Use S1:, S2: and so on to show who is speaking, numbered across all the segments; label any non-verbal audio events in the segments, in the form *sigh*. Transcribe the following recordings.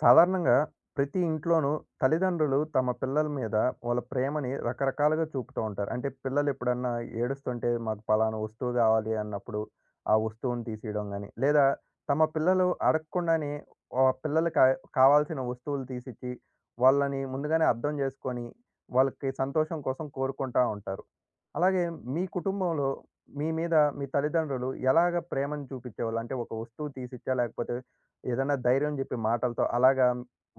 S1: సాధారణంగా ప్రతి ఇంట్లోనూ తల్లిదండ్రులు తమ పిల్లల మీద వాళ్ళ ప్రేమని రకరకాలుగా చూపుతూ ఉంటారు. అంటే పిల్లలు ఎప్పుడన్నా ఏడుస్తుంటే మాకు పలానా వస్తువు కావాలి అన్నప్పుడు ఆ వస్తువుని తీసియడం గాని, లేదా తమ పిల్లలు అడగకుండానే ఆ పిల్లలకి కావాల్సిన వస్తువులు తీసిచ్చి వాళ్ళని ముందుగానే అర్థం చేసుకొని వాళ్ళకి సంతోషం కోసం కోరుకుంటా ఉంటారు. అలాగే మీ కుటుంబంలో మీ మీద మీ తల్లిదండ్రులు ఎలాగ ప్రేమను చూపించేవాళ్ళు? అంటే ఒక వస్తువు తీసిచ్చా? లేకపోతే ఏదైనా ధైర్యం చెప్పే మాటలతో అలాగా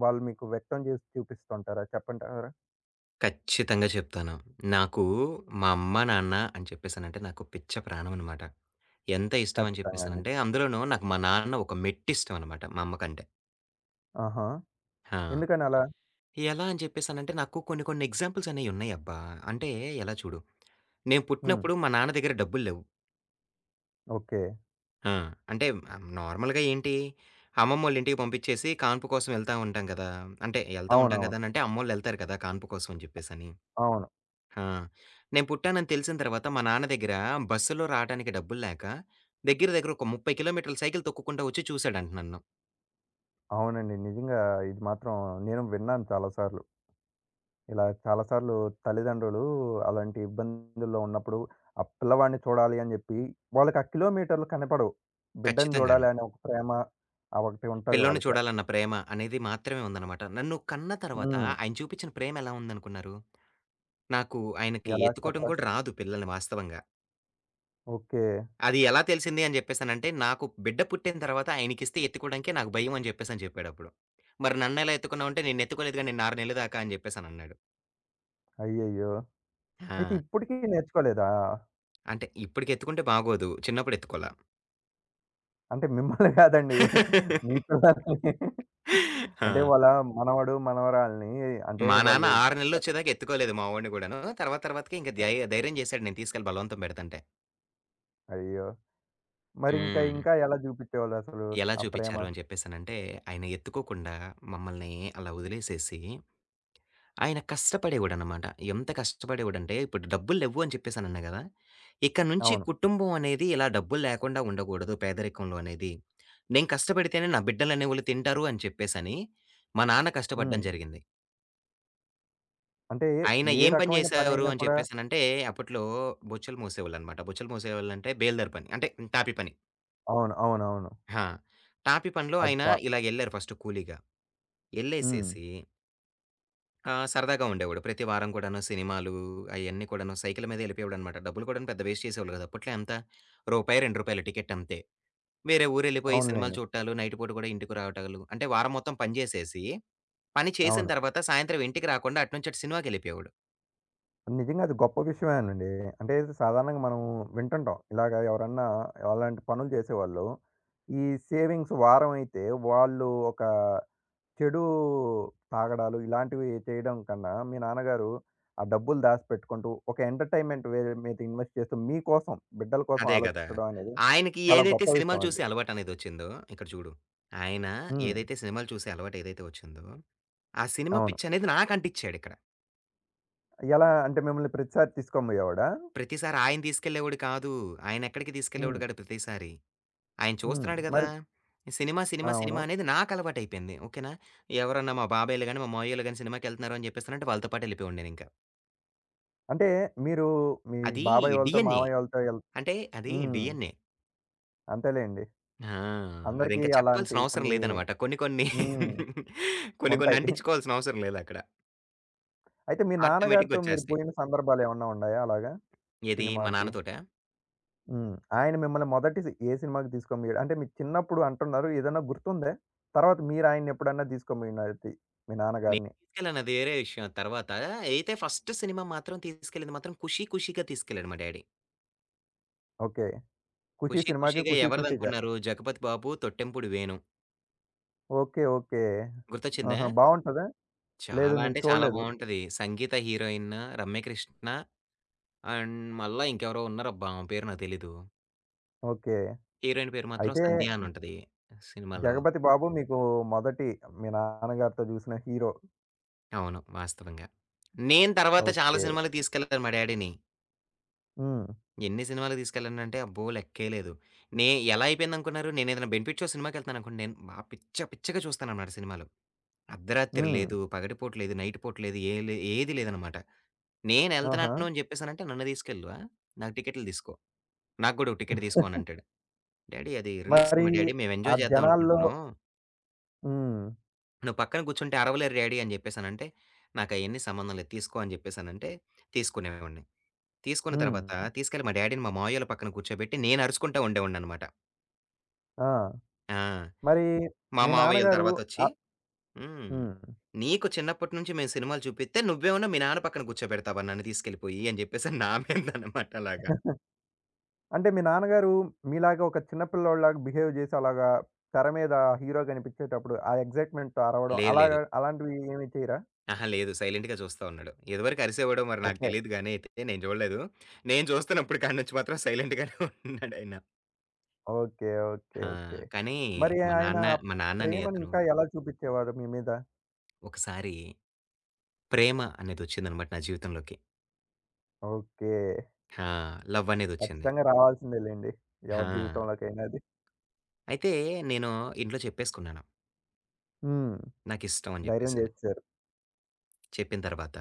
S1: వాళ్ళు మీకు వ్యక్తం చేసి చూపిస్తుంటారా? చెప్పంటారా?
S2: ఖచ్చితంగా చెప్తాను. నాకు మా అమ్మ, నాన్న అని చెప్పేసనంటే నాకు పిచ్చ ప్రాణం అనమాట. ఎంత ఇష్టం అని
S1: ఖచ్చితంగా అండి.
S2: చెప్పేసనంటే అందులోనూ నాకు మా నాన్న ఒక మెట్టిష్టం అనమాట మా అమ్మ కంటే.
S1: ఆహా!
S2: ఆ!
S1: ఎందుకని అలా?
S2: ఎలా అని చెప్పేసనంటే నాకు కొన్ని కొన్ని ఎగ్జాంపుల్స్ అనేయున్నాయబ్బా! అంటే ఎలా చూడు, నేను
S1: హ్మ్.
S2: పుట్టినప్పుడు మా నాన్న దగ్గర డబ్బులు లేవు.
S1: ఓకే.
S2: ఆ! అంటే నార్మల్‌గా ఏంటి అమ్మమ్మోళ్ళింటికి పంపించేసి కాన్పు కోసం ఎళ్తా ఉంటాం గదా! అంటే ఎళ్తా ఉంటాం
S1: అవునవును.
S2: గదా! అనంటే అమ్మోళ్ళెళ్తారు కదా! కాన్పు కోసం అని చెప్పేసని.
S1: అవును.
S2: ఆ! నేను పుట్టానని తెలిసిన తర్వాత మా నాన్న దగ్గర బస్సులో రాడానికి డబ్బులు లేక, దగ్గర దగ్గర ఒక 30 కిలోమీటర్లు సైకిల్ తొక్కుకుంటా వచ్చి చూసాడంట నన్ను.
S1: అవునండి. నిజంగా ఇది మాత్రం నేను విన్నాను చాలా సార్లు. ఇలా చాలా సార్లు తల్లిదండ్రులు అలాంటి ఇబ్బందుల్లో ఉన్నప్పుడు ఆ పిల్లవాడిని చూడాలి అని చెప్పి వాళ్ళకి ఆ కిలోమీటర్లు కనపడవు. బిడ్డని
S2: ఖచ్చితంగాను.
S1: చూడాలి అనే ఒక ప్రేమ ఆ ఒకటి ఉంటది
S2: పిల్లోడిని
S1: వాళ్ళకి.
S2: చూడాలన్న ప్రేమ అనేది మాత్రమే ఉందనమాట. నన్ను కన్న తర్వాత
S1: హ్మ్.
S2: ఆయన చూపించిన ప్రేమ ఎలా ఉందనుకున్నారు? నాకు ఆయనకి
S1: ఎలా
S2: ఎత్తుకోవడం
S1: చెప్పరా?
S2: కూడా రాదు పిల్లల్ని వాస్తవంగా.
S1: ఓకే.
S2: అది ఎలా తెలిసింది అని చెప్పేసనంటే, నాకు బిడ్డ పుట్టిన తర్వాత ఆయనకిస్తే ఎత్తుకోవడానికే నాకు భయం అని చెప్పేసని చెప్పాడప్పుడు. మరి నన్నెలా ఎత్తుకున్నావంటే, "నిన్నెత్తుకోలేదుగా నిన్ను 6 నెలల దాకా" అని చెప్పేసనన్నాడు.
S1: అయ్యయ్యో! అయితే
S2: ఆ!
S1: ఇప్పటికి నేర్చుకోలేదా?
S2: అంటే ఇప్పటికి ఎత్తుకుంటే బాగోదు. చిన్నప్పుడు ఎత్తుకోల.
S1: అంటే మిమ్మల్ని కాదండి. మీ పిల్లల్ని అంటే
S2: ఆ!
S1: వాళ్ళ మనవడు, మనవరాల్ని అంటే
S2: మా నాన్న
S1: వాళ్ళు
S2: 6
S1: పుట్ట.
S2: నెలలొచ్చేదాకా ఎత్తుకోలేదు మా వాడిని గూడాను. తర్వాత తర్వాతకి ఇంక ధైర్యం జేశాడు నేను తీసుకెళ్ళి బలవంతం బెడతంటే.
S1: అయ్యో! మరింకా ఇంకా
S2: హ్మ్.
S1: ఇంకా ఎలా చూపించేవాళ్ళసలు
S2: ఎలా
S1: ఆ ప్రేమ?
S2: చూపిచ్చారు అని చెప్పేసనంటే, ఆయన ఎత్తుకోకుండా మమ్మల్ని అలా వదిలేసేసి, ఆయన కష్టపడేవాడనమాట. ఎంత కష్టపడేవాడంటే, ఇప్పుడు డబ్బులు లెవ్వు అని చెప్పేసనన్నా గదా! ఇక నుంచి
S1: అవును.
S2: కుటుంబం అనేది ఇలా డబ్బులు లేకుండా ఉండకూడదు పేదరికంలో అనేది. నేను కష్టపడితేనే నా బిడ్డలనేవోళ్ళు తింటారు అని చెప్పేసని, మా నాన్న కష్టపడడం
S1: హ్మ్.
S2: జరిగింది.
S1: అంటే ఏ
S2: ఆయన
S1: ఏ
S2: ఏం పని
S1: రకమైన
S2: జేసేవారు
S1: పనైనా
S2: అని
S1: కూడా.
S2: చెప్పేసనంటే, అప్పట్లో బొచ్చెలు మోసేవాళ్ళనమాట. బొచ్చెలు మోసేవాళ్ళంటే బేల్దారి పని. అంటే టాపీ పని.
S1: అవును. అవునవును.
S2: ఆ! టాపీ పనిలో
S1: అది
S2: ఆయన
S1: చా.
S2: ఇలాగెళ్లారు ఫస్ట్ కూలీగా.
S1: హ్మ్.
S2: ఎళ్ళేసేసి సరదాగా ఉండేవాడు. ప్రతి వారం కూడాను సినిమాలు అయన్నీ కూడాను సైకిల్ మీద ఎళ్ళిపోయేవాడనమాట. డబ్బులు కూడాను పెద్ద వేస్ట్ చేసేవాళ్ళు కాదు. అప్పట్లో ఎంత రూ. 2 రూ. 2 టికెట్ అంతే. వేరే ఊరెళ్ళిపోయి సినిమాలు
S1: అవునులెండి.
S2: చూట్టాలు, నైట్ పూట కూడా ఇంటికి రావటాలు. అంటే వారం మొత్తం పని జేసేసి, పని చేసిన
S1: అవును.
S2: తర్వాత సాయంత్రం ఇంటికి రాకుండా అటునుంచి అటు సినిమాకెళ్ళిపోయేవాడు.
S1: నిజంగా అది గొప్ప విషయమేనండి. అంటే సాధారణంగా మనం వింటుంటాం. ఇలాగ ఎవరన్నా అలాంటి పనులు చేసేవాళ్ళు, ఈ సేవింగ్స్ వారం అయితే వాళ్ళు ఒక చెడు తాగడాలు ఇలాంటివి చేయడం కన్నా, మీ నాన్నగారు ఆ డబ్బులు దాసిపెట్టుకుంటూ, ఒక ఎంటర్‌టైన్‌మెంట్ వే మీద ఇన్వెస్ట్ చేస్తూ మీకోసం, బిడ్డల కోసం
S2: అదే గదా!
S1: ఆలోచించడం అనేది
S2: ఆయనకి
S1: చాలా
S2: ఏదైతే
S1: గొప్ప
S2: సినిమాలు
S1: విషయం అది.
S2: చూసే అలవాటనేదొచ్చిందో, ఇక్కడ చూడు. ఆయన
S1: హ్మ్.
S2: ఏదైతే సినిమాలు చూసే అలవాటేదైతే వచ్చిందో, ఆ సినిమా
S1: అవును.
S2: పిచ్చనేది నాకంటిచ్చాడిక్కడ.
S1: ఎలా అంటే మిమ్మల్ని ప్రతిసారి తీసుకోనిబోయేవాడా?
S2: ప్రతిసారి ఆయన తీసుకెళ్ళేవాడు కాదు. ఆయనెక్కడికి తీసుకెళ్ళేవాడు
S1: హ్మ్.
S2: కాడు ప్రతిసారి. ఆయన
S1: హ్మ్.
S2: చూస్తున్నాడు గదా!
S1: మరి
S2: సినిమా,
S1: ఆ!
S2: సినిమా,
S1: అవును.
S2: సినిమా అనేది నాకలవాటయిపోయింది. ఓకేనా? ఎవరన్నా మా బాబాయ్‌లు గాని, మా మావయ్యోళ్ళు గాని సినిమాకెళ్తున్నారు అని చెప్పేసనంటే వాళ్ళతో పాటెళ్ళిపోయేవాడిని నేనింకా.
S1: అంటే మీరు మీ
S2: అది
S1: బాబాయ్ వాళ్ళతో,
S2: డీఎన్ఏ.
S1: మామయ్య వాళ్ళతో ఎల్.
S2: అంటే అది
S1: హ్మ్.
S2: డీఎన్ఏ.
S1: అంతేలెండి.
S2: ఆ!
S1: అందరికీ
S2: అదింకా చెప్పాల్సిన
S1: అలాంటి
S2: అవసరం
S1: కొన్ని
S2: లేదనమాట. కొన్ని కొన్ని
S1: హ్మ్.
S2: *laughs* కొన్ని కొన్ని
S1: ఉంటాయి.
S2: అంటించుకోవాల్సిన అవసరం లేదక్కడ.
S1: అయితే మీ నాన్నగారితో మీరు
S2: ఆటోమేటిక్‌గొచ్చేస్తాయి.
S1: పోయిన సందర్భాలేమన్నా ఉన్నాయా అలాగా
S2: ఏది మా
S1: సినిమాకి?
S2: నాన్నతోటా?
S1: హ్మ్. ఆయన మిమ్మల్ని మొదటి సి ఏ సినిమాకి తీసుకొనిపోయాడు? అంటే మీరు చిన్నప్పుడు అంటున్నారు. ఏదన్నా గుర్తుందా? తర్వాత మీరు ఆయన్నేప్పుడన్నా తీసుకొనిపోయినది మీ
S2: నేను
S1: నాన్నగారిని?
S2: తీసుకెళ్ళాను అది వేరే విషయం. తర్వాత అయితే ఫస్ట్ సినిమా మాత్రం తీసుకెళ్ళింది మాత్రం 'ఖుషీ ఖుషీగా' తీసుకెళ్ళాడు మా డ్యాడీ.
S1: ఓకే. 'ఖుషి'
S2: 'ఖుషీ
S1: సినిమాకి
S2: ఖుషీగా'
S1: 'ఖుషి ఖుషిగా'.
S2: ఎవరిదనుకున్నారు 'జగపతి బాబు, తొట్టెంపుడు వేణు'
S1: ఓకే. ఓకే.
S2: గుర్తొచ్చిందా?
S1: ఆహా! బావుంటదా? లేదు
S2: చాలా
S1: నేను
S2: అంటే చాలా
S1: చూడలేదు.
S2: బావుంటది. సంగీత హీరోయిన్, రమ్య కృష్ణ అండ్ మళ్ళా ఇంకెవరో ఉన్నారబ్బా! ఆమె పేరు నాకు తెలీదు.
S1: ఓకే.
S2: హీరోయిన్ పేరు మాత్రం
S1: అయితే
S2: సంధ్య అనుంటది సినిమాలో.
S1: 'జగపతి బాబు' మీకు మొదటి మీ నాన్నగారితో చూసిన హీరో.
S2: అవును. వాస్తవంగా. నేను తర్వాత చాలా
S1: ఓకే.
S2: సినిమాలకి తీసుకెళ్ళాను మా డ్యాడీని.
S1: హ్మ్.
S2: ఎన్ని సినిమాలకి తీసుకెళ్ళానంటే అబ్బో! లెక్కే లేదు. నే ఎలా అయిపోయిందనుకున్నారు? నేనేదైనా బెనిఫిట్ షో సినిమాకెళ్తున్నాననుకోండి, నేను బా పిచ్చ పిచ్చగా చూస్తానన్నమాట సినిమాలు. అర్ధరాత్రి
S1: హ్మ్.
S2: లేదు, పగటిపూట లేదు, నైట్ పూట లేదు, ఏ లే ఏది లేదనమాట.
S1: ఆహా!
S2: నేనెళ్తున్నాను అని చెప్పేసానంటే, "నన్ను తీసుకెళ్ళవా? నాకు టికెట్లు తీసుకో. నాకు గూడా ఒక టికెట్ తీసుకో" అనంటాడు. "డ్యాడీ అది రిలీజ్
S1: మరి
S2: సినిమా డ్యాడీ మేము
S1: ఆ
S2: ఎంజాయ్ చేద్దాం
S1: జనాల్లో
S2: అనుకుంటున్నాం.
S1: హ్మ్.
S2: నువ్వు పక్కన కూర్చుంటే అరవలేరు డ్యాడీ" అని చెప్పేసనంటే, "నాకయన్నీ సంబంధం లేదు. తీసుకో" అని చెప్పేసనంటే తీసుకునేవాడిని. తీసుకున్న తర్వాత
S1: హ్మ్.
S2: తీసుకెళ్ళి మా డ్యాడీని మా మావయ్యోళ్ళ పక్కన కూర్చోబెట్టి నేను అరుచుకుంటా ఉండేవాడిననమాట.
S1: ఆ!
S2: ఆ!
S1: మరి
S2: మా
S1: మీ
S2: మావయ్యోళ్ళు
S1: నాన్నగారు
S2: తర్వాతొచ్చి
S1: ఆహ్
S2: హ్మ్.
S1: హ్మ్.
S2: "నీకు చిన్నప్పటి నుంచి మేము సినిమాలు చూపిస్తే నువ్వేమన్నా మీ నాన్న పక్కన కూర్చోబెడతావా నన్ను తీసుకెళ్ళిపోయి" అని జెప్పేసని నా మీదనమాట అలాగా.
S1: అంటే మీ నాన్నగారు మీలాగా ఒక చిన్న పిల్లోడిలాగా బిహేవ్ జేసి అలాగా తెర మీద హీరో కనిపించేటప్పుడు ఆ ఎగ్జైట్‌మెంట్‌తో అరవడం
S2: లేదు. లేదు.
S1: అలాగా అలాంటివి ఏమి చేయరా?
S2: అహా! లేదు. సైలెంట్‌గా చూస్తా ఉన్నాడు. ఇదివరకు అరిసేవాడో మరి నాకు
S1: ఓకే.
S2: తెలీదు గానీ అయితే నేను చూడలేదు. నేను చూస్తున్నప్పుడు కాడి నుంచి మాత్రం సైలెంట్‌గానే *laughs* ఉన్నాడాయన.
S1: ఓకే. ఓకే.
S2: ఆ!
S1: ఓకే.
S2: కానీ
S1: మరి
S2: మా
S1: ఆయన
S2: నాన్న మా నాన్న అనే
S1: ప్రేమని
S2: అతను
S1: ఇంకా ఎలా చూపిచ్చేవారు మీ మీద?
S2: ఒకసారి 'ప్రేమ' అనేదొచ్చిందనమాట నా జీవితంలోకి.
S1: ఓకే.
S2: ఆ! లవ్వనేదొచ్చింది.
S1: ఖచ్చితంగా రావాల్సిందే లెండి. ఎవరి
S2: ఆ!
S1: జీవితంలోకైనా అది.
S2: అయితే నేను ఇంట్లో చెప్పేసుకున్నాను.
S1: హ్మ్.
S2: నాకిష్టం అని
S1: ధైర్యం
S2: జెప్పేసని.
S1: జేసేసారు.
S2: చెప్పిన తర్వాత,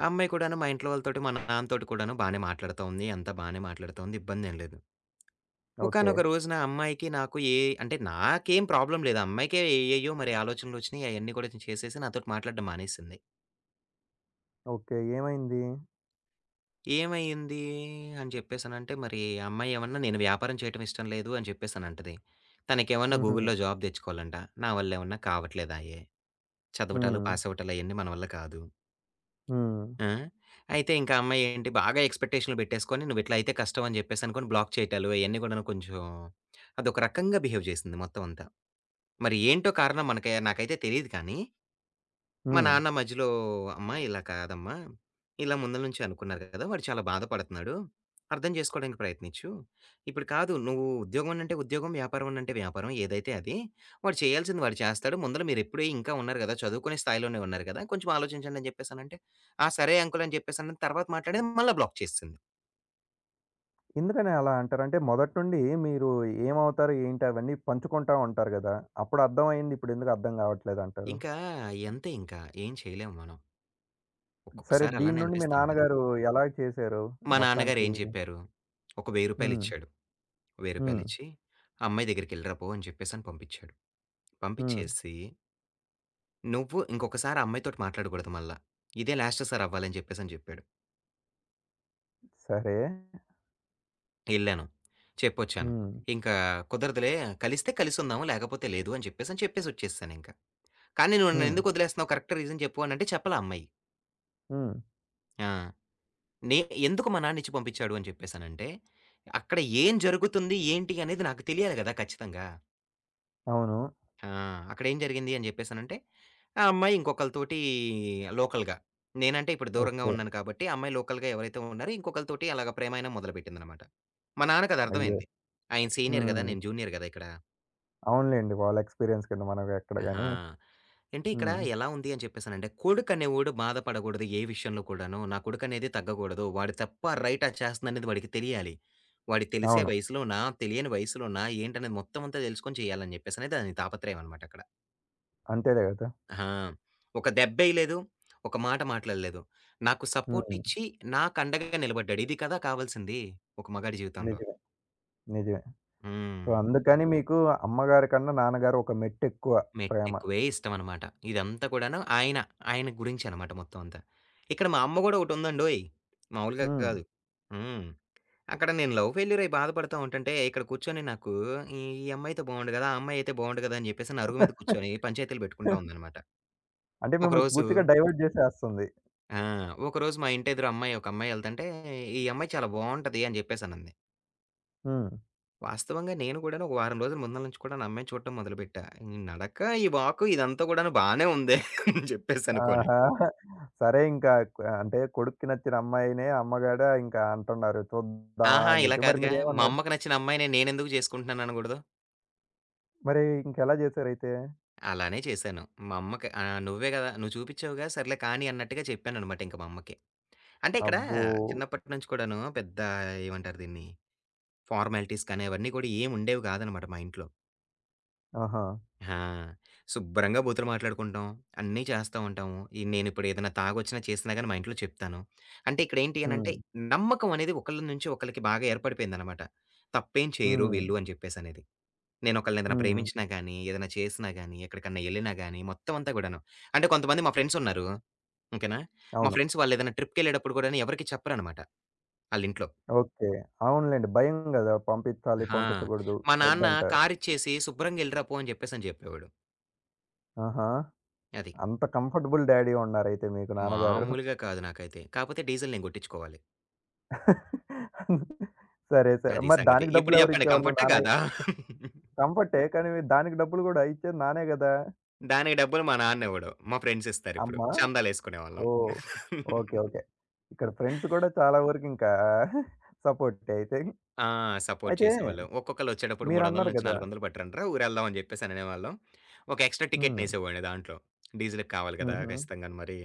S2: ఆ అమ్మాయి కూడాను మా ఇంట్లో వాళ్ళతోటి, మా నాన్నతోటి కూడాను బానే మాట్లాడుతోంది. అంతా బానే మాట్లాడుతోంది. ఇబ్బందేం లేదు.
S1: ఓకే.
S2: ఒకానొక రోజున ఆ అమ్మాయికి, నాకు అంటే నాకేం ప్రాబ్లమ్ లేదు. ఆ అమ్మాయికే ఏయేయో మరి ఆలోచనలొచ్చినియి. అయన్నీ కూడా చేసేసి నాతోటి మాట్లాడడం మానేసింది.
S1: ఓకే. ఏమైంది?
S2: ఏమైంది అని జెప్పేసనంటే, మరి ఆ అమ్మాయి ఏమన్నా నేను వ్యాపారం చేయటం ఇష్టం లేదు అని చెప్పేసనంటది. తనకేమన్నా
S1: హుహు.
S2: గూగుల్‌లో జాబ్ తెచ్చుకోవాలంట. నా వల్లేమన్నా కావట్లేదాయె. చదవటాలు,
S1: హ్మ్.
S2: పాసవ్వటాలు అయన్నీ మన వల్ల కాదు.
S1: హ్మ్.
S2: ఆ! అయితే ఇంకా ఆ అమ్మాయి ఏంటి బాగా ఎక్స్‌పెక్టేషన్‌లు పెట్టేసుకొని నువ్విట్లా అయితే కష్టం అని జెప్పేసనుకోని బ్లాక్ చేయటాలు అయన్నీ గూడాను కొంచెం అదొక రకంగా బిహేవ్ జేసింది మొత్తం అంతా. మరి ఏంటో కారణం మనకి నాకైతే తెలీదు కానీ మా
S1: హ్మ్.
S2: నాన్న మధ్యలో, "అమ్మా! ఇలా కాదమ్మా! ఇలా ముందుల నుంచి అనుకున్నారు కదా! వాడు చాలా బాధపడుతున్నాడు. అర్థం చేసుకోవడానికి ప్రయత్నించు. ఇప్పుడు కాదు నువ్వు ఉద్యోగం అంటే ఉద్యోగం, వ్యాపారం అంటే వ్యాపారం ఏదైతే అది. వాడు చేయాల్సింది వాడు చేస్తాడు. ముందల మీరెప్పుడే ఇంకా ఉన్నారు కదా! చదువుకునే స్థాయిలోనే ఉన్నారు కదా! కొంచెం ఆలోచించండి" అని చెప్పేసనంటే, "ఆ! సరే అంకుల్" అని చెప్పేసని తర్వాత మాట్లాడేది మళ్ళా బ్లాక్ చేసేసింది.
S1: ఎందుకని అలా అంటారు? అంటే మొదటి నుండి మీరు ఏమవుతారు, ఏంటి అవన్నీ పంచుకుంటా ఉంటారు గదా! అప్పుడు అర్థమయింది. ఇప్పుడెందుకు అర్థం గావట్లేదంటారు?
S2: ఇంకా ఇంతే ఇంకా ఏం చేయలేము మనం.
S1: సరే
S2: ఒక్కొక్కసారి
S1: దీని
S2: అలానే
S1: నుండి మీ
S2: అనిపిస్తా ఉంటది.
S1: నాన్నగారు ఎలా చేశారు
S2: మా నాన్నగారు
S1: మొత్తానికి?
S2: ఏం చెప్పారు? ఒక రూ. 1000
S1: హ్మ్.
S2: ఇచ్చాడు. రూ.
S1: హ్మ్.
S2: 1000 ఆ అమ్మాయి దగ్గరికెళ్ళిరా పో అని చెప్పేసని పంపించాడు.
S1: హ్మ్.
S2: పంపించేసి, "నువ్వు ఇంకొకసారి ఆ అమ్మాయితోటి మాట్లాడకూడదు మళ్ళా. ఇదే లాస్ట్ సారి అవ్వాలని" చెప్పేసని చెప్పాడు.
S1: సరే.
S2: ఎళ్ళాను. చెప్పొచ్చాను.
S1: హ్మ్.
S2: ఇంకా "కుదరదులే కలిస్తే కలిసుందాము, లేకపోతే లేదు" అని చెప్పేసని చెప్పేసొచ్చేసానింక. కానీ "నువ్వు
S1: హ్మ్.
S2: నన్నెందుకొదిలేస్తున్నావు? కరెక్ట్ రీజన్ చెప్పు" అనంటే చెప్పలా ఆ అమ్మాయి.
S1: హ్మ్.
S2: ఆ! నే ఎందుకు మా నాన్నిచ్చి పంపించాడు అని చెప్పేసనంటే, అక్కడ ఏం జరుగుతుంది, ఏంటి అనేది నాకు తెలియాలి గదా ఖచ్చితంగా.
S1: అవును.
S2: ఆ! అక్కడేం జరిగింది అని జెప్పేసనంటే, ఆ అమ్మాయి ఇంకొకళ్ళతోటి లోకల్‌గా నేనంటే ఇప్పుడు దూరంగా
S1: ఓకే.
S2: ఉన్నాను కాబట్టి, ఆ అమ్మాయి లోకల్‌గా ఎవరైతే ఉన్నారో ఇంకొకళ్ళతోటి అలాగా ప్రేమాయణం మొదలుపెట్టిందనమాట. మా
S1: అయ్యో!
S2: నాన్నకదర్థమైంది. ఆయన సీనియర్ గదా!
S1: హ్మ్.
S2: నేను జూనియర్ గదా! ఇక్కడ.
S1: అవునులెండి. వాళ్ళ ఎక్స్‌పీరియన్స్ కింద మనం ఎక్కడ
S2: ఆహా!
S1: గాని.
S2: అంటే ఇక్కడ
S1: హ్మ్.
S2: ఎలా ఉంది అని చెప్పేసనంటే, కొడుకనేవోడు బాధపడగూడదు ఏ విషయంలో కూడాను. నా కొడుకనేది తగ్గకూడదు. వాడు తప్ప, రైటా చేస్తుందనేది వాడికి తెలియాలి. వాడికి తెలిసే
S1: అవును.
S2: వయసులోనా, తెలియని వయసులోనా ఏంటనేది మొత్తం అంతా దెలుసుకొని చేయాలని జెప్పేసనేది దాని తాపత్రయం అనమాట అక్కడ.
S1: అంతేలే గదా!
S2: ఆ! ఒక దెబ్బేయలేదు. ఒక మాట మాట్లాడలేదు. నాకు సపోర్ట్
S1: హ్మ్.
S2: ఇచ్చి, నాకు అండగా నిలబడ్డాడు. ఇది కదా కావాల్సింది ఒక మగాడి జీవితంలో.
S1: నిజమే. నిజమే. సో,
S2: హ్మ్.
S1: అందుకని మీకు అమ్మగారి కన్నా నాన్నగారు ఒక మెట్టెక్కువ ప్రేమ.
S2: మెట్టెక్కువే ఇష్టమనమాట. ఇదంతా కూడాను ఆయన, ఆయన గురించి అనమాట మొత్తం అంతా. ఇక్కడ మా అమ్మ గూడా ఒకటుందండోయ్! మామూలుగా
S1: హ్మ్.
S2: కాదు. హ్మ్. అక్కడ నేను లవ్ ఫెయిల్యూర్ అయి బాధపడతా ఉంటంటే, ఇక్కడ కూర్చొని నాకు ఈ ఈ అమ్మాయితో బాగుండు గదా! ఆ అమ్మాయి అయితే బాగుండు గదా! అని జెప్పేసి నా అరుగు మీద కూర్చొని పంచాయతీలు పెట్టుకుంటా ఉందనమాట.
S1: అంటే మిమ్మల్ని
S2: ఒకరోజు
S1: పూర్తిగా డైవర్ట్ చేసేస్తుంది.
S2: ఆ! ఒకరోజు మా ఇంటి ఎదురు అమ్మాయి, ఒక అమ్మాయి ఎళ్తంటే, "ఈ అమ్మాయి చాలా బావుంటది" అని జెప్పేసనంది.
S1: హ్మ్.
S2: వాస్తవంగా నేను గూడాను ఒక వారం రోజుల ముందుల నుంచి కూడాను ఆ అమ్మాయిని చూడటం మొదలుపెట్టా. ఈ నడక, ఈ వాకు ఇదంతా గూడాను బానే ఉందే అని జెప్పేసనుకోని.
S1: ఆహా! సరే ఇంకా క్ అంటే కొడుక్కి నచ్చిన అమ్మాయినే అమ్మగాడు ఇంకా అంటున్నారు చూద్దామా
S2: ఆహా!
S1: అని
S2: ఇలా
S1: చెప్పి. మరి
S2: కాదుగా, మా
S1: మీరేమన్నారు?
S2: అమ్మకి నచ్చిన అమ్మాయిని నేనెందుకు జేసుకుంటున్నాను అనగూడదు.
S1: మరి ఇంకెలా చేసారైతే?
S2: అలానే చేశాను. మా అమ్మకి "నువ్వే గదా! నువ్వు చూపిచ్చావుగా, సర్లే కాని" అన్నట్టుగా చెప్పాననమాట ఇంక మా అమ్మకి. అంటే ఇక్కడ
S1: అబ్బో!
S2: చిన్నప్పటి నుంచి కూడాను పెద్ద ఏమంటారు దీన్ని, ఫార్మాలిటీస్ కానీ అవన్నీ కూడా ఏముండేవి గాదనమాట మా ఇంట్లో.
S1: ఆహా!
S2: ఆ! శుభ్రంగా బూతులు మాట్లాడుకుంటాం. అన్నీ చేస్తా ఉంటాము. ఈ నేనిప్పుడు ఏదైనా తాగొచ్చినా, చేసినా గాని మా ఇంట్లో చెప్తాను. అంటే ఇక్కడేంటి అనంటే,
S1: హ్మ్.
S2: నమ్మకం అనేది ఒకళ్ళ నుంచి ఒకళ్ళకి బాగా ఏర్పడిపోయిందనమాట. తప్పేం చేయరు
S1: హ్మ్.
S2: వీళ్ళు అని చెప్పేసనేది. నేనొకళ్ళనేదైనా
S1: హ్మ్.
S2: ప్రేమించినా గాని, ఏదైనా చేసినా గాని, ఎక్కడికన్నా ఎళ్ళినా గాని, మొత్తం అంతా గూడాను. అంటే కొంతమంది మా ఫ్రెండ్స్ ఉన్నారు. ఓకేనా? మా
S1: అవును.
S2: ఫ్రెండ్స్ వాళ్ళేదైనా ట్రిప్‌కెళ్ళేటప్పుడు గూడాను ఎవరికీ చెప్పరనమాట ఆళ్ళింట్లో.
S1: ఓకే. అవునులెండి. భయం గదా! పంపించాలి,
S2: ఆ!
S1: పంపించకూడదు,
S2: మా నాన్న
S1: వద్దంటారు.
S2: కారిచ్చేసి, "శుభ్రంగా ఎళ్ళిరా పో" అని చెప్పేసని జెప్పేవాడు.
S1: ఆహా!
S2: అది.
S1: అంత కంఫర్టబుల్ డ్యాడీ ఉన్నారైతే మీకు నాన్నగారు.
S2: మామూలుగా కాదు నాకైతే. కాపోతే డీజిల్ నేను గొట్టిచ్చుకోవాలి.
S1: *laughs* సరే, సరే.
S2: అది
S1: మరి
S2: సంగతి.
S1: దానికి
S2: ఇప్పుడు జెప్పండి
S1: డబ్బులెవరిచ్చేవాళ్ళు?
S2: కంఫర్టా
S1: నాన్న?
S2: కాదా?
S1: కంఫర్టే. కానీ దానికి డబ్బులు గూడా ఇచ్చేది నానే గదా!
S2: దానికి డబ్బులు మా నాన్న ఇవ్వడు. మా ఫ్రెండ్స్ ఇస్తారిప్పుడు.
S1: అమ్మా!
S2: చందాలేసుకునేవాళ్ళం.
S1: ఓహ్! ఓకే. ఓకే. ఇక్కడ ఫ్రెండ్స్ కూడా చాలా వరకింకా సపోర్టే *laughs* అయితే.
S2: ఆ! సపోర్ట్
S1: అయితే
S2: చేసేవాళ్ళు. ఒక్కొక్కళ్ళొచ్చేటప్పుడు
S1: మీరన్నారు గదా!
S2: 300-400 పట్టరంట్రా ఊరెళ్దాం అని జెప్పేసననేవాళ్ళం. ఒక ఎక్స్‌ట్రా
S1: హ్మ్.
S2: టికెట్‌నేసేవాడిని దాంట్లో. డీజిల్‌కి కావాలి కదా!
S1: హుహు.
S2: ఖచ్చితంగాను మరి.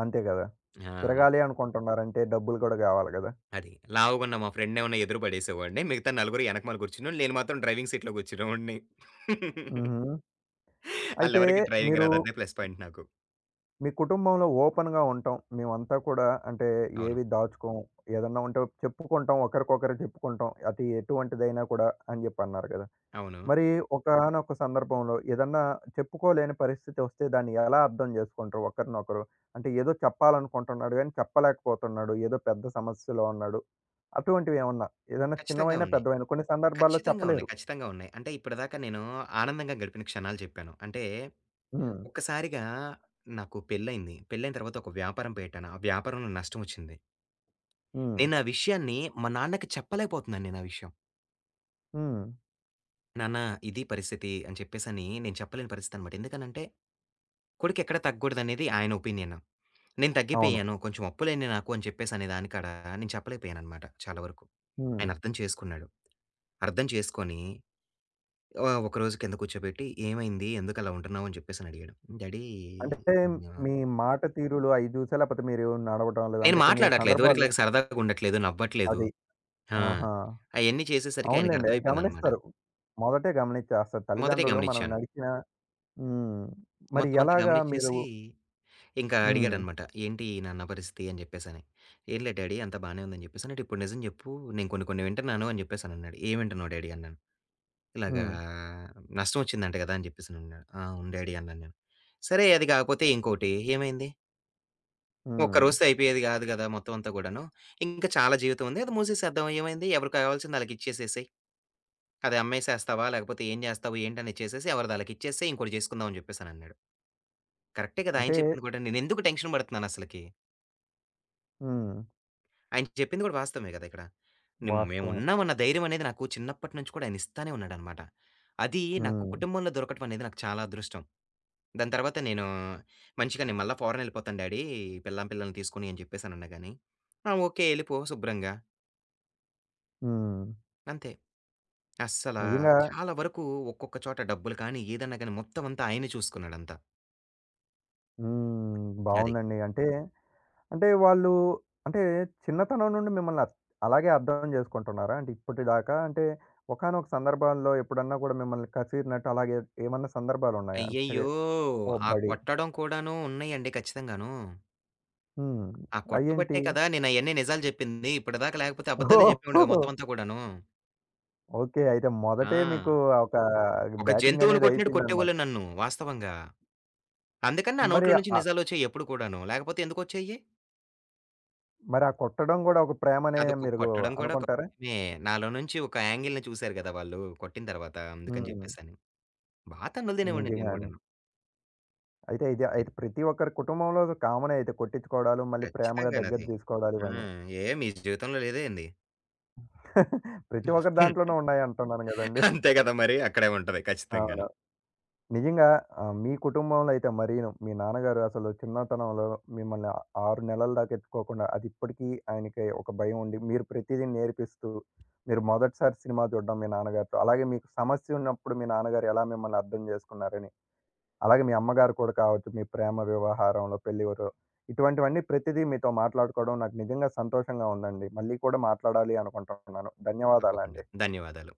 S1: అంతే గదా!
S2: ఆ!
S1: తిరగాలి అనుకుంటున్నారంటే డబ్బులు గూడా గావాలి గదా!
S2: అది. లావుగున్న మా ఫ్రెండ్‌నేమన్నా ఎదురు పడేసేవాడిని. మిగతా నలుగురు ఎనకమాల కూర్చునేవాళ్ళు. నేను మాత్రం డ్రైవింగ్ సీట్‌లో కూర్చునేవాడిని. *laughs*
S1: హుహు. అయితే
S2: ఆళ్ళెవరికీ డ్రైవింగ్
S1: మీరు
S2: రాదదే ప్లస్ పాయింట్ నాకు.
S1: మీ కుటుంబంలో ఓపెన్‌గా ఉంటాం. మేమంతా కూడా అంటే
S2: అవును.
S1: ఏవి దాచుకోం. ఏదన్నా ఉంటే చెప్పుకుంటాం. ఒకరికొకరు చెప్పుకుంటాం. అది ఎటువంటిదైనా కూడా అని జెప్పన్నారు గదా!
S2: అవును.
S1: మరి ఒకానొక సందర్భంలో ఏదన్నా చెప్పుకోలేని పరిస్థితి వస్తే దాన్ని ఎలా అర్థం చేసుకుంటారు ఒకరినొకరు? అంటే ఏదో చెప్పాలనుకుంటున్నాడు గానీ చెప్పలేకపోతున్నాడు. ఏదో పెద్ద సమస్యలో ఉన్నాడు. అటువంటివి ఏమన్నా? ఏదన్నా
S2: ఖచ్చితంగా
S1: చిన్నవైనా,
S2: ఉన్నాయి.
S1: పెద్దవైనా కొన్ని సందర్భాల్లో
S2: ఖచ్చితంగా ఉన్నాయి.
S1: చెప్పలేరు.
S2: ఖచ్చితంగా ఉన్నాయి. అంటే ఇప్పటిదాకా నేను ఆనందంగా గడిపిన క్షణాలు చెప్పాను. అంటే
S1: హ్మ్.
S2: ఒక్కసారిగా నాకు పెళ్లయింది. పెళ్లయిన తర్వాత ఒక వ్యాపారం పెట్టాను. ఆ వ్యాపారంలో నష్టమొచ్చింది.
S1: హ్మ్.
S2: నేను ఆ విషయాన్ని మా నాన్నకి చెప్పలేకపోతున్నాను నేను ఆ విషయం.
S1: హ్మ్.
S2: నాన్న ఇది పరిస్థితి అని చెప్పేసని నేను చెప్పలేని పరిస్థితనమాట. ఎందుకనంటే కొడుకెక్కడ తగ్గకూడదనేది ఆయన ఒపీనియన్. నేను
S1: అవును.
S2: తగ్గిపోయాను. కొంచెం అప్పులయినాయి నాకు అని చెప్పేసనే దానికాడ నేను చెప్పలేకపోయాననమాట చాలా వరకు.
S1: హ్మ్.
S2: ఆయన అర్థం చేసుకున్నాడు. అర్థం చేసుకొని ఒకరోజు కింద కూర్చోబెట్టి, "ఏమైంది? ఎందుకలా ఉంటున్నావు?" అని చెప్పేసని అడిగాడు. డ్యాడీ
S1: అంటే
S2: ఆహ్,
S1: మీ మాట తీరులు అయి చూసా లేకపోతే మీరు నడవడాలు
S2: నేను
S1: అంటే కొన్ని
S2: మాట్లాడట్లే.
S1: సందర్భాల్లో
S2: ఇదివరకులాగా సరదాగా ఉండట్లేదు, నవ్వట్లేదు.
S1: అది.
S2: ఆ!
S1: ఆహా!
S2: అయన్నీ చేసేసరికి ఆయనకి
S1: అవునులెండి. అయి
S2: అర్థమైపోయిందనమాట.
S1: గమనిస్తారు. మొదటే గమనిచ్చేస్తారు.
S2: మొదటే
S1: తల్లిదండ్రులు మనం
S2: గమనిచ్చాను.
S1: నడిచిన హ్మ్. మరి
S2: మొత్తం అంతా
S1: ఎలాగా మీరు
S2: గమనిచ్చేసి ఇంకా
S1: హ్మ్.
S2: అడిగాడనమాట. "ఏంటి నాన్న పరిస్థితి?" అని చెప్పేసని. "ఏం లేదు డ్యాడీ అంతా బానే ఉందని" చెప్పేసి అంటే, "ఇప్పుడు నిజం చెప్పు. నేను కొన్ని కొన్ని వింటున్నాను" అని చెప్పేసనన్నాడు. "ఏం వింటున్నావు డ్యాడీ?" అన్నాను. "ఇలాగా
S1: హ్మ్.
S2: నష్టం వచ్చిందంట గదా!" అని చెప్పేసనన్నాడు. "ఆ! అవును డ్యాడీ" అన్నాను నేను. "సరే అది కాకపోతే ఇంకోటి ఏమైంది?" ఒక్క
S1: హ్మ్.
S2: రోజుతో అయిపోయేది గాదు గదా! మొత్తం అంతా గూడాను. ఇంకా చాలా జీవితం ఉంది. అది మూసేసేద్దాం ఏమైంది? ఎవరికి కావాల్సింది ఆళ్ళకిచ్చేసేసేయి. అది అమ్మేసేస్తావా? లేకపోతే ఏం జేస్తావు? ఏంటనేది చేసేసి ఎవరిది ఆళ్ళకిచ్చేసేయి. ఇంకోటి జేసుకుందాం అని జెప్పేసనన్నాడు. కరెక్టే గదా! ఆయన
S1: అంటే
S2: చెప్పింది గూడా. నేనెందుకు టెన్షన్ బడుతున్నానసలకి?
S1: హ్మ్.
S2: ఆయన చెప్పింది గూడా వాస్తవమే గదా! ఇక్కడ.
S1: వాస్తవమే.
S2: మేమున్నామన్న ధైర్యం అనేది నాకు చిన్నప్పటి నుంచి కూడా ఆయన ఇస్తానే ఉన్నాడనమాట. అది నాకు
S1: హ్మ్.
S2: కుటుంబంలో దొరకటం అనేది నాకు చాలా అదృష్టం. దాని తర్వాత నేను మంచిగా "నేను మళ్ళా ఫారెన్ ఎళ్ళిపోతాను డాడీ, పెళ్ళాం పిల్లల్ని తీసుకొని" అని జెప్పేసనన్నా గానీ, "ఆ! ఓకే. ఎళ్ళిపో శుభ్రంగా."
S1: హ్మ్.
S2: అంతే. అస్సలా
S1: నిజంగా
S2: చాలా వరకు ఒక్కొక్క చోట డబ్బులు కానీ, ఏదన్నా గాని మొత్తం అంతా ఆయనే చూసుకున్నాడంతా.
S1: హ్మ్.
S2: అది.
S1: బావుందండి. అంటే, అంటే వాళ్ళు అంటే చిన్నతనం నుండి మిమ్మల్ని అత్ అలాగే అర్థం చేసుకుంటున్నారా? అంటే ఇప్పటిదాకా అంటే ఒకానొక సందర్భాల్లో ఎప్పుడన్నా కూడా మిమ్మల్ని కసిరినట్టు అలాగే ఏమన్నా సందర్భాలున్నాయా? అంటే
S2: అయ్యయ్యో! ఆ
S1: కోప్పడి?
S2: కొట్టడం కూడాను ఉన్నయండి ఖచ్చితంగాను.
S1: హ్మ్.
S2: ఆ కొట్టబట్టే
S1: అయ్యేంటి?
S2: కదా! నేనయన్నీ నిజాలు జెప్పింది. ఇప్పటిదాకా లేకపోతే అబద్ధాలే జెప్పేవాడిగా
S1: ఓహోహో!
S2: మొత్తం అంతా కూడాను.
S1: ఓకే. అయితే
S2: ఆ!
S1: మొదటే మీకు ఒక
S2: ఒక
S1: బ్యాటింగ్
S2: జంతువుని
S1: అనేది
S2: కొట్టినట్టు కొట్టేవోళ్ళే
S1: అయిపోయిందన్నమాట.
S2: నన్ను వాస్తవంగా. అందుకని నా
S1: మరి
S2: నోట్లో నుంచి
S1: ఆ
S2: నిజాలొచ్చాయి ఎప్పుడు కూడాను. లేకపోతే ఎందుకొచ్చేయి?
S1: మరి ఆ కొట్టడం గూడా ఒక ప్రేమనే
S2: అదొక
S1: మీరు
S2: కొట్టడం కూడా ఒక
S1: అనుకుంటారా?
S2: మే నాలో నుంచి ఒక యాంగిల్‌ని చూసారు గదా! వాళ్ళు కొట్టిన తర్వాత అందుకని
S1: హ్మ్.
S2: జెప్పేసని. బా తన్నులు తినేవాడిని నేను
S1: నిజంగానే.
S2: గూడాను.
S1: అయితే ఇది
S2: అది.
S1: అయితే ప్రతి ఒక్కరి కుటుంబంలో కామనే అయితే కొట్టించుకోవడాలు, మళ్ళీ ప్రేమగా దగ్గర
S2: ఖచ్చితంగానది.
S1: తీసుకోవడాలు
S2: ఆ!
S1: ఇవన్నీ.
S2: ఏ మీ జీవితంలో లేదే ఏంది?
S1: ప్రతి ఒక్కరి దాంట్లోనూ
S2: *laughs*
S1: ఉన్నాయంటున్నాను గదండీ!
S2: అంతే కదా మరి! అక్కడే ఉంటది ఖచ్చితంగాను.
S1: అవును. నిజంగా మీ కుటుంబంలో అయితే మరీను మీ నాన్నగారు అసలు చిన్నతనంలో మిమ్మల్ని 6 నెలల దాకా ఎత్తుకోకుండా, అది ఇప్పటికీ ఆయనకి ఒక భయం ఉండి, మీరు ప్రతిదీ నేర్పిస్తూ, మీరు మొదటిసారి సినిమా చూడడం మీ నాన్నగారితో, అలాగే మీకు సమస్య ఉన్నప్పుడు మీ నాన్నగారు ఎలా మిమ్మల్ని అర్థం జేసుకున్నారని అలాగే మీ అమ్మగారు కూడా కావచ్చు, మీ ప్రేమ వ్యవహారంలో, పెళ్లి వరు ఇటువంటివన్నీ ప్రతిదీ మీతో మాట్లాడుకోవడం నాకు నిజంగా సంతోషంగా ఉందండి. మళ్ళీ కూడా మాట్లాడాలి అనుకుంటున్నాను.
S2: తప్పకుండా.
S1: ధన్యవాదాలండి.
S2: ధన్యవాదాలు.